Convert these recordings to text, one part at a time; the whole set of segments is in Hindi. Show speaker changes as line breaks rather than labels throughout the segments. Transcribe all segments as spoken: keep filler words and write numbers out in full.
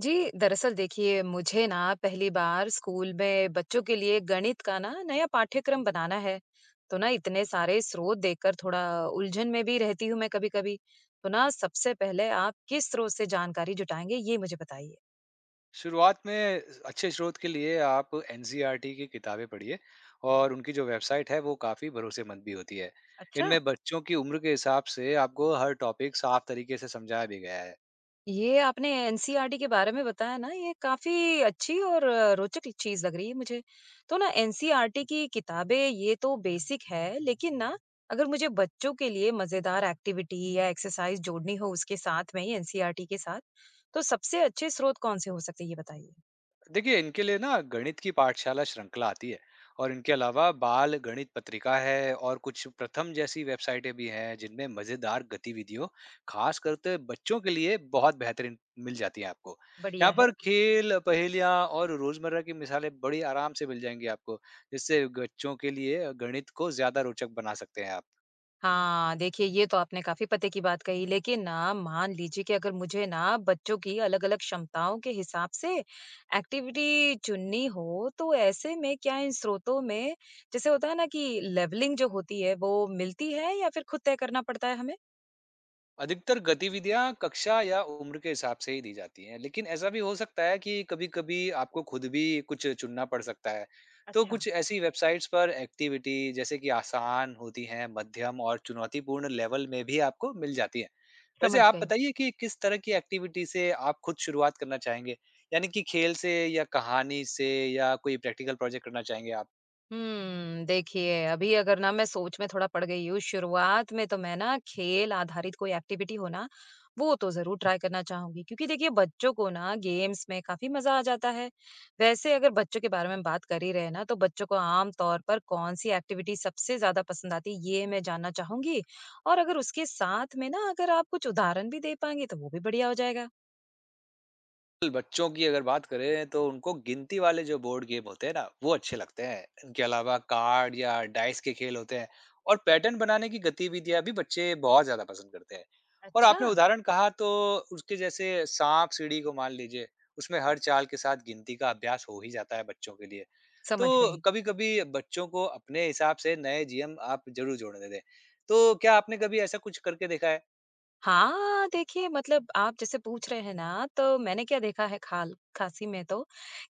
जी, दरअसल देखिए मुझे ना पहली बार स्कूल में बच्चों के लिए गणित का ना नया पाठ्यक्रम बनाना है। तो ना इतने सारे स्रोत देखकर थोड़ा उलझन में भी रहती हूँ मैं कभी-कभी। तो ना सबसे पहले आप किस स्रोत से जानकारी जुटाएंगे ये मुझे बताइए।
शुरुआत में अच्छे स्रोत के लिए आप N C E R T की किताबें पढ़िए और उनकी जो वेबसाइट है वो काफ़ी भरोसेमंद भी होती है।
अच्छा,
इनमें बच्चों की उम्र के हिसाब से आपको हर टॉपिक साफ तरीके से समझाया भी गया है।
ये आपने N C E R T के बारे में बताया ना, ये काफ़ी अच्छी और अ, रोचक चीज़ लग रही है मुझे। तो ना N C E R T की किताबें ये तो बेसिक है, लेकिन ना अगर मुझे बच्चों के लिए मज़ेदार एक्टिविटी या एक्सरसाइज जोड़नी हो उसके साथ में ही N C E R T के साथ, तो सबसे अच्छे स्रोत कौन से हो सकते हैं ये बताइए?
देखिए इनके लिए ना गणित की पाठशाला श्रृंखला आती है और इनके अलावा बाल गणित पत्रिका है और कुछ प्रथम जैसी वेबसाइटें भी हैं जिनमें मजेदार गतिविधियों खास करते बच्चों के लिए बहुत बेहतरीन मिल जाती है आपको। यहाँ
बढ़िया
पर
है।
खेल पहेलियाँ और रोजमर्रा की मिसालें बड़ी आराम से मिल जाएंगी आपको, जिससे बच्चों के लिए गणित को ज्यादा रोचक बना सकते हैं आप।
हाँ, देखिए ये तो आपने काफ़ी पते की बात कही, लेकिन ना मान लीजिए कि अगर मुझे ना बच्चों की अलग-अलग क्षमताओं के हिसाब से एक्टिविटी चुननी हो, तो ऐसे में क्या इन स्रोतों में जैसे होता है ना कि लेवलिंग जो होती है, वो मिलती है या फिर खुद तय करना पड़ता है हमें?
अधिकतर गतिविधियां कक्षा या उम्र के हिसाब से ही दी जाती हैं, लेकिन ऐसा भी हो सकता है कि कभी-कभी आपको खुद भी कुछ चुनना पड़ सकता है। तो
अच्छा,
कुछ ऐसी वेबसाइट्स पर एक्टिविटी जैसे कि आसान होती हैं, मध्यम और चुनौतीपूर्ण लेवल में भी आपको मिल जाती है। वैसे
समझ
आप
गई।
बताइए कि किस तरह की एक्टिविटी से आप खुद शुरुआत करना चाहेंगे, यानी कि खेल से या कहानी से या कोई प्रैक्टिकल प्रोजेक्ट करना चाहेंगे आप।
हम्म, देखिए अभी अगर ना मैं सोच में थोड़ा पड़ गई हूँ शुरुआत में तो मैं ना खेल आधारित कोई एक्टिविटी हो ना वो तो जरूर ट्राई करना चाहूंगी क्योंकि देखिए बच्चों को ना गेम्स में काफी मजा आ जाता है। वैसे अगर बच्चों के बारे में बात कर ही रहे ना तो बच्चों को आम तौर पर कौन सी एक्टिविटी सबसे ज्यादा पसंद आती है ये मैं जानना चाहूंगी। और अगर उसके साथ में ना अगर आप कुछ उदाहरण भी दे पाएंगे तो वो भी बढ़िया हो जाएगा।
बच्चों की अगर बात करें तो उनको गिनती वाले जो बोर्ड गेम होते हैं ना वो अच्छे लगते हैं। इनके अलावा कार्ड या डाइस के खेल होते हैं और पैटर्न बनाने की गतिविधियां भी बच्चे बहुत ज्यादा पसंद करते हैं। और
अच्छा,
आपने उदाहरण कहा तो उसके जैसे सांप सीढ़ी को मान लीजिए, उसमें हर चाल के साथ गिनती का अभ्यास हो ही जाता है बच्चों के लिए। तो
समझ गई।
कभी कभी बच्चों को अपने हिसाब से नए नियम आप जरूर जोड़ने दें। तो क्या आपने कभी ऐसा कुछ करके देखा है?
हाँ, देखिए मतलब आप जैसे पूछ रहे हैं ना, तो मैंने क्या देखा है खाल खासी में तो,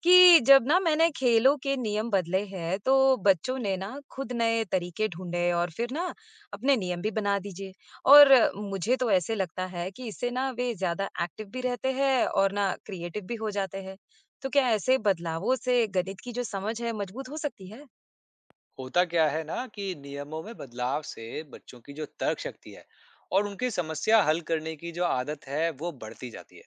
कि जब ना मैंने खेलों के नियम बदले हैं, तो बच्चों ने ना खुद नए तरीके ढूँढे और फिर ना अपने नियम भी बना दीजिए। और मुझे तो ऐसे लगता है कि इससे ना वे ज़्यादा एक्टिव भी रहते हैं और ना क्रिएटिव भी हो जाते हैं। तो क्या ऐसे बदलावों से गणित की जो समझ है, मजबूत हो सकती है?
होता क्या है ना कि नियमों में बदलाव से बच्चों की जो तर्क शक्ति है और उनकी समस्या हल करने की जो आदत है वो बढ़ती जाती है।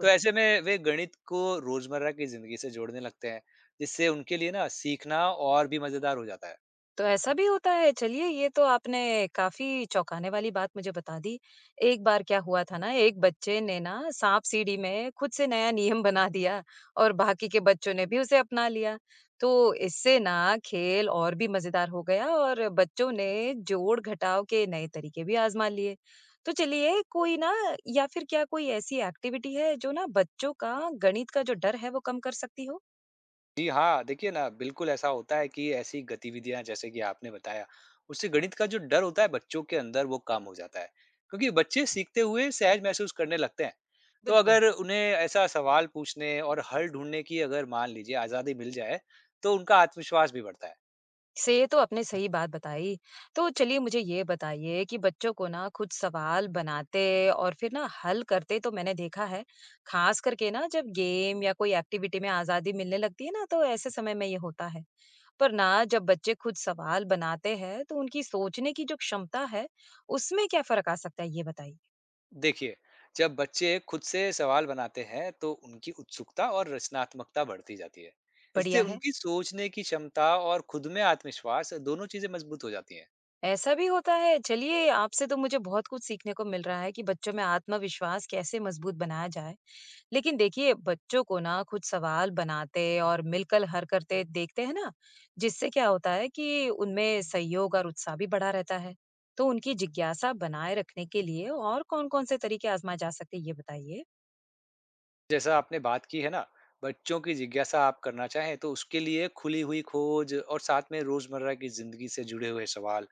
तो ऐसे में वे गणित को रोजमर्रा की जिंदगी से जोड़ने लगते हैं, जिससे उनके लिए ना सीखना और भी मजेदार हो जाता है।
तो ऐसा भी होता है? चलिए ये तो आपने काफ़ी चौंकाने वाली बात मुझे बता दी। एक बार क्या हुआ था ना, एक बच्चे ने ना साँप-सीढ़ी में खुद से नया नियम बना दिया और बाकी के बच्चों ने भी उसे अपना लिया। तो इससे ना खेल और भी मज़ेदार हो गया और बच्चों ने जोड़-घटाव के नए तरीके भी आज़मा लिए। तो चलिए कोई ना या फिर क्या कोई ऐसी एक्टिविटी है जो ना बच्चों का गणित का जो डर है वो कम कर सकती हो?
जी हाँ, देखिए ना बिल्कुल ऐसा होता है कि ऐसी गतिविधियाँ जैसे कि आपने बताया, उससे गणित का जो डर होता है बच्चों के अंदर वो कम हो जाता है। क्योंकि बच्चे सीखते हुए सहज महसूस करने लगते हैं। तो
बिल्कुल।
अगर उन्हें ऐसा सवाल पूछने और हल ढूँढने की अगर मान लीजिए आज़ादी मिल जाए, तो उनका आत्मविश्वास भी बढ़ता है।
से ये तो आपने सही बात बताई। तो चलिए मुझे ये बताइए कि बच्चों को ना खुद सवाल बनाते और फिर ना हल करते तो मैंने देखा है। ख़ास करके ना जब गेम या कोई एक्टिविटी में आज़ादी मिलने लगती है ना तो ऐसे समय में ये होता है। पर ना जब बच्चे खुद सवाल बनाते हैं तो उनकी सोचने की जो क्षमता है उसमें क्या फ़र्क आ सकता है ये बताइए?
देखिए, जब बच्चे खुद से सवाल बनाते हैं तो उनकी उत्सुकता और रचनात्मकता बढ़ती जाती है। इससे
बढ़िया है।
उनकी सोचने की क्षमता और खुद में आत्मविश्वास दोनों चीज़ें मजबूत हो जाती हैं।
ऐसा भी होता है? चलिए आपसे तो मुझे बहुत कुछ सीखने को मिल रहा है कि बच्चों में आत्मविश्वास कैसे मज़बूत बनाया जाए। लेकिन देखिए बच्चों को ना कुछ सवाल बनाते और मिलकर हर करते देखते हैं ना जिससे क्या होता है कि उनमें सहयोग और उत्साह भी बढ़ा रहता है। तो उनकी जिज्ञासा बनाए रखने के लिए और कौन कौन से तरीके आजमाए जा सकते हैं ये बताइए?
जैसा आपने बात की है ना, बच्चों की जिज्ञासा आप करना चाहें तो उसके लिए खुली हुई खोज और साथ में रोजमर्रा की जिंदगी से जुड़े हुए सवाल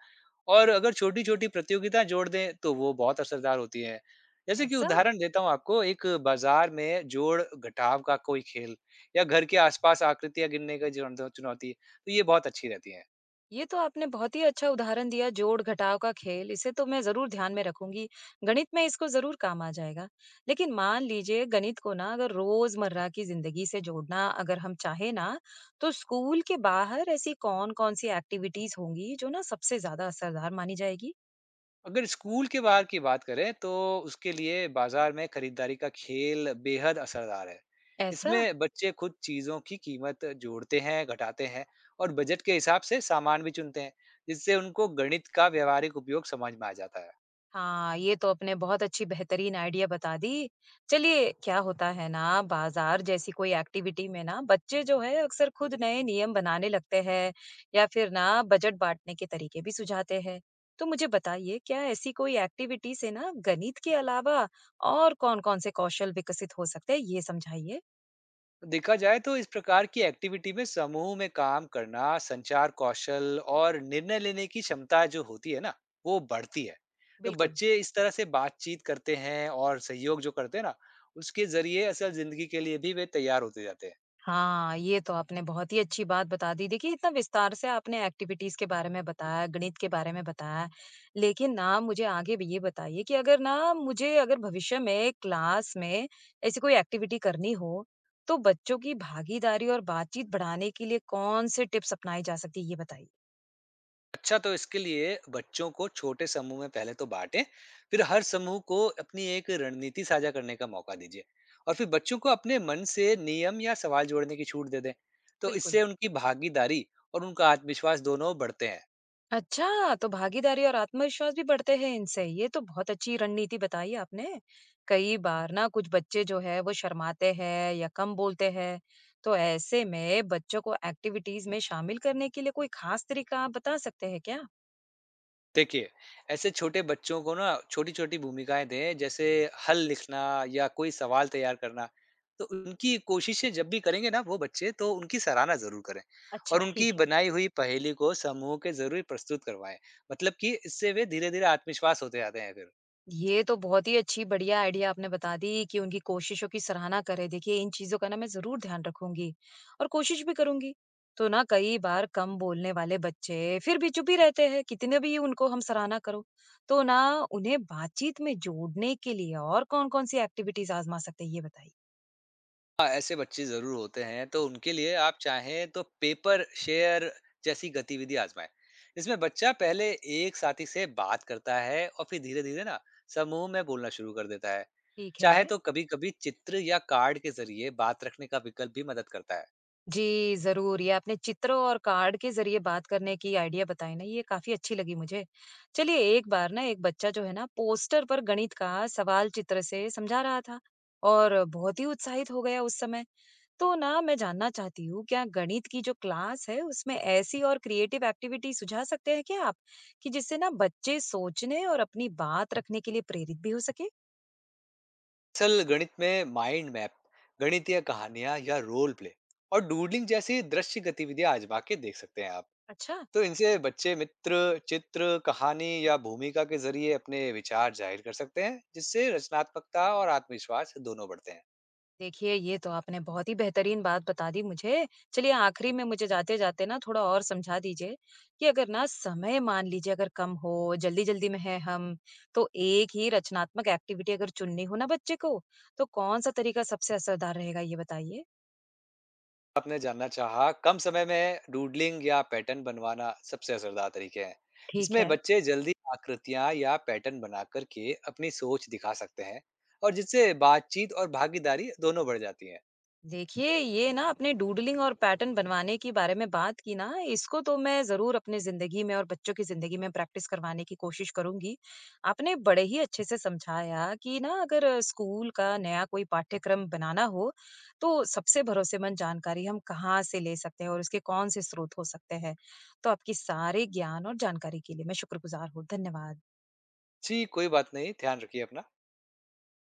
और अगर छोटी छोटी प्रतियोगिताएं जोड़ दें तो वो बहुत असरदार होती हैं। जैसे कि
ऐसा?
उदाहरण देता हूँ आपको, एक बाजार में जोड़ घटाव का कोई खेल या घर के आसपास आकृतियां गिनने का जो चुनौती, तो ये बहुत अच्छी रहती है।
ये तो आपने बहुत ही अच्छा उदाहरण दिया, जोड़ घटाव का खेल इसे तो मैं जरूर ध्यान में रखूंगी। गणित में इसको जरूर काम आ जाएगा। लेकिन मान लीजिए गणित को ना अगर रोजमर्रा की जिंदगी से जोड़ना अगर हम चाहे ना तो स्कूल के बाहर ऐसी कौन कौन सी एक्टिविटीज होंगी जो ना सबसे ज्यादा असरदार मानी जाएगी?
अगर स्कूल के बाहर की बात करें तो उसके लिए बाजार में खरीदारी का खेल बेहद असरदार है।
ऐसा?
इसमें बच्चे खुद चीजों की कीमत जोड़ते हैं, घटाते हैं और बजट के हिसाब से सामान भी चुनते हैं, जिससे उनको गणित का व्यवहारिक उपयोग समझ में आ जाता है।
हाँ, ये तो आपने बहुत अच्छी बेहतरीन आइडिया बता दी। चलिए, क्या होता है ना, बाज़ार जैसी कोई एक्टिविटी में ना बच्चे जो है अक्सर खुद नए नियम बनाने लगते हैं या फिर ना बजट बाँटने के तरीके भी सुझाते हैं। तो मुझे बताइए, क्या ऐसी कोई एक्टिविटी से ना गणित के अलावा और कौन-कौन से कौशल विकसित हो सकते हैं, ये समझाइए?
देखा जाए तो इस प्रकार की एक्टिविटी में समूह में काम करना, संचार कौशल और निर्णय लेने की क्षमता जो होती है ना वो बढ़ती है। तो
बिल्कुल।
बच्चे इस तरह से बातचीत करते हैं और सहयोग जो करते हैं ना, उसके जरिए असल जिंदगी के लिए भी वे तैयार होते जाते हैं।
हाँ, ये तो आपने बहुत ही अच्छी बात बता दी। देखिए, इतना विस्तार से आपने एक्टिविटीज़ के बारे में बताया, गणित के बारे में बताया। लेकिन ना मुझे आगे भी ये बताइए कि अगर ना मुझे अगर भविष्य में क्लास में ऐसी कोई एक्टिविटी करनी हो, तो बच्चों की भागीदारी और बातचीत बढ़ाने के लिए कौन-से टिप्स अपनाई जा सकती है? ये बताइए।
अच्छा, तो इसके लिए बच्चों को छोटे समूह में पहले तो बांटें, फिर हर समूह को अपनी एक रणनीति साझा करने का मौका दीजिए और फिर बच्चों को अपने मन से नियम या सवाल जोड़ने की छूट दे दें। तो
बिल्कुल।
इससे उनकी भागीदारी और उनका आत्मविश्वास दोनों बढ़ते हैं।
अच्छा, तो भागीदारी और आत्मविश्वास भी बढ़ते हैं इनसे। ये तो बहुत अच्छी रणनीति बताई आपने। कई बार ना कुछ बच्चे जो है वो शर्माते हैं या कम बोलते हैं। तो ऐसे में बच्चों को एक्टिविटीज में शामिल करने के लिए कोई खास तरीका आप बता सकते हैं क्या?
देखिए, ऐसे छोटे बच्चों को ना छोटी-छोटी भूमिकाएँ दें, जैसे हल लिखना या कोई सवाल तैयार करना। तो उनकी कोशिशें जब भी करेंगे ना वो बच्चे, तो उनकी सराहना ज़रूर करें
अच्छा,
और उनकी
ठीक है।
बनाई हुई पहेली को समूह के ज़रूर प्रस्तुत करवाएँ। मतलब कि इससे वे धीरे-धीरे आत्मविश्वास होते जाते हैं फिर।
ये तो बहुत ही अच्छी बढ़िया आइडिया आपने बता दी कि उनकी कोशिशों की सराहना करें। देखिए इन चीज़ों का ना मैं ज़रूर ध्यान रखूँगी और कोशिश भी करूँगी। तो ना कई बार कम बोलने वाले बच्चे फिर भी चुप ही रहते हैं, कितने भी उनको हम सराहना करो। तो ना उन्हें बातचीत में जोड़ने के लिए और कौन-कौन सी एक्टिविटीज़ आज़मा सकते हैं ये बताइए?
हाँ, ऐसे बच्चे ज़रूर होते हैं, तो उनके लिए आप चाहें तो पेपर शेयर जैसी गतिविधि आज़माएँ। इसमें बच्चा पहले एक साथी से बात करता है और फिर धीरे-धीरे ना समूह में बोलना शुरू कर देता है।
ठीक
चाहे
है।
तो कभी-कभी चित्र या कार्ड के ज़रिए बात रखने का विकल्प भी मदद करता है।
जी, ज़रूर। ये आपने चित्रों और कार्ड के ज़रिए बात करने की आइडिया बताई ना, ये काफ़ी अच्छी लगी मुझे। चलिए, एक बार ना एक बच्चा जो है ना, पोस्टर पर गणित का सवाल चित्र से समझा रहा था और बहुत ही उत्साहित हो गया उस समय। तो ना मैं जानना चाहती हूँ, क्या गणित की जो क्लास है, उसमें ऐसी और क्रिएटिव एक्टिविटी सुझा सकते हैं क्या आप, कि जिससे ना बच्चे सोचने और अपनी बात रखने के लिए प्रेरित भी हो सकें?
असल गणित में माइंड मैप, गणितीय कहानियाँ या रोल प्ले और डूडलिंग जैसी दृश्य गतिविधियाँ आज़मा के देख सकते हैं आप।
अच्छा।
तो इनसे बच्चे मित्र, चित्र, कहानी या भूमिका के ज़रिए अपने विचार ज़ाहिर कर सकते हैं, जिससे रचनात्मकता और आत्मविश्वास दोनों बढ़ते हैं।
देखिए, ये तो आपने बहुत ही बेहतरीन बात बता दी मुझे। चलिए आखिरी में मुझे जाते-जाते ना थोड़ा और समझा दीजिए कि अगर ना समय मान लीजिए अगर कम हो, जल्दी-जल्दी में हैं हम, तो एक ही रचनात्मक एक्टिविटी अगर चुननी हो ना बच्चे को, तो कौन-सा तरीका सबसे असरदार रहेगा ये बताइए?
आपने जानना चाहा, कम समय में डूडलिंग या पैटर्न बनवाना सबसे असरदार तरीके हैं।
ठीक
इसमें
है।
बच्चे जल्दी आकृतियां या पैटर्न बनाकर के अपनी सोच दिखा सकते हैं और जिससे बातचीत और भागीदारी दोनों बढ़ जाती है।
देखिए, ये ना आपने डूडलिंग और पैटर्न बनवाने के बारे में बात की ना, इसको तो मैं ज़रूर अपनी ज़िंदगी में और बच्चों की ज़िंदगी में प्रैक्टिस करवाने की कोशिश करूँगी। आपने बड़े ही अच्छे से समझाया कि ना अगर स्कूल का नया कोई पाठ्यक्रम बनाना हो, तो सबसे भरोसेमंद जानकारी हम कहाँ से ले सकते हैं और उसके कौन-से स्रोत हो सकते हैं। तो आपकी सारे ज्ञान और जानकारी के लिए मैं शुक्रगुज़ार हूँ। धन्यवाद।
जी, कोई बात नहीं, ध्यान रखिए अपना।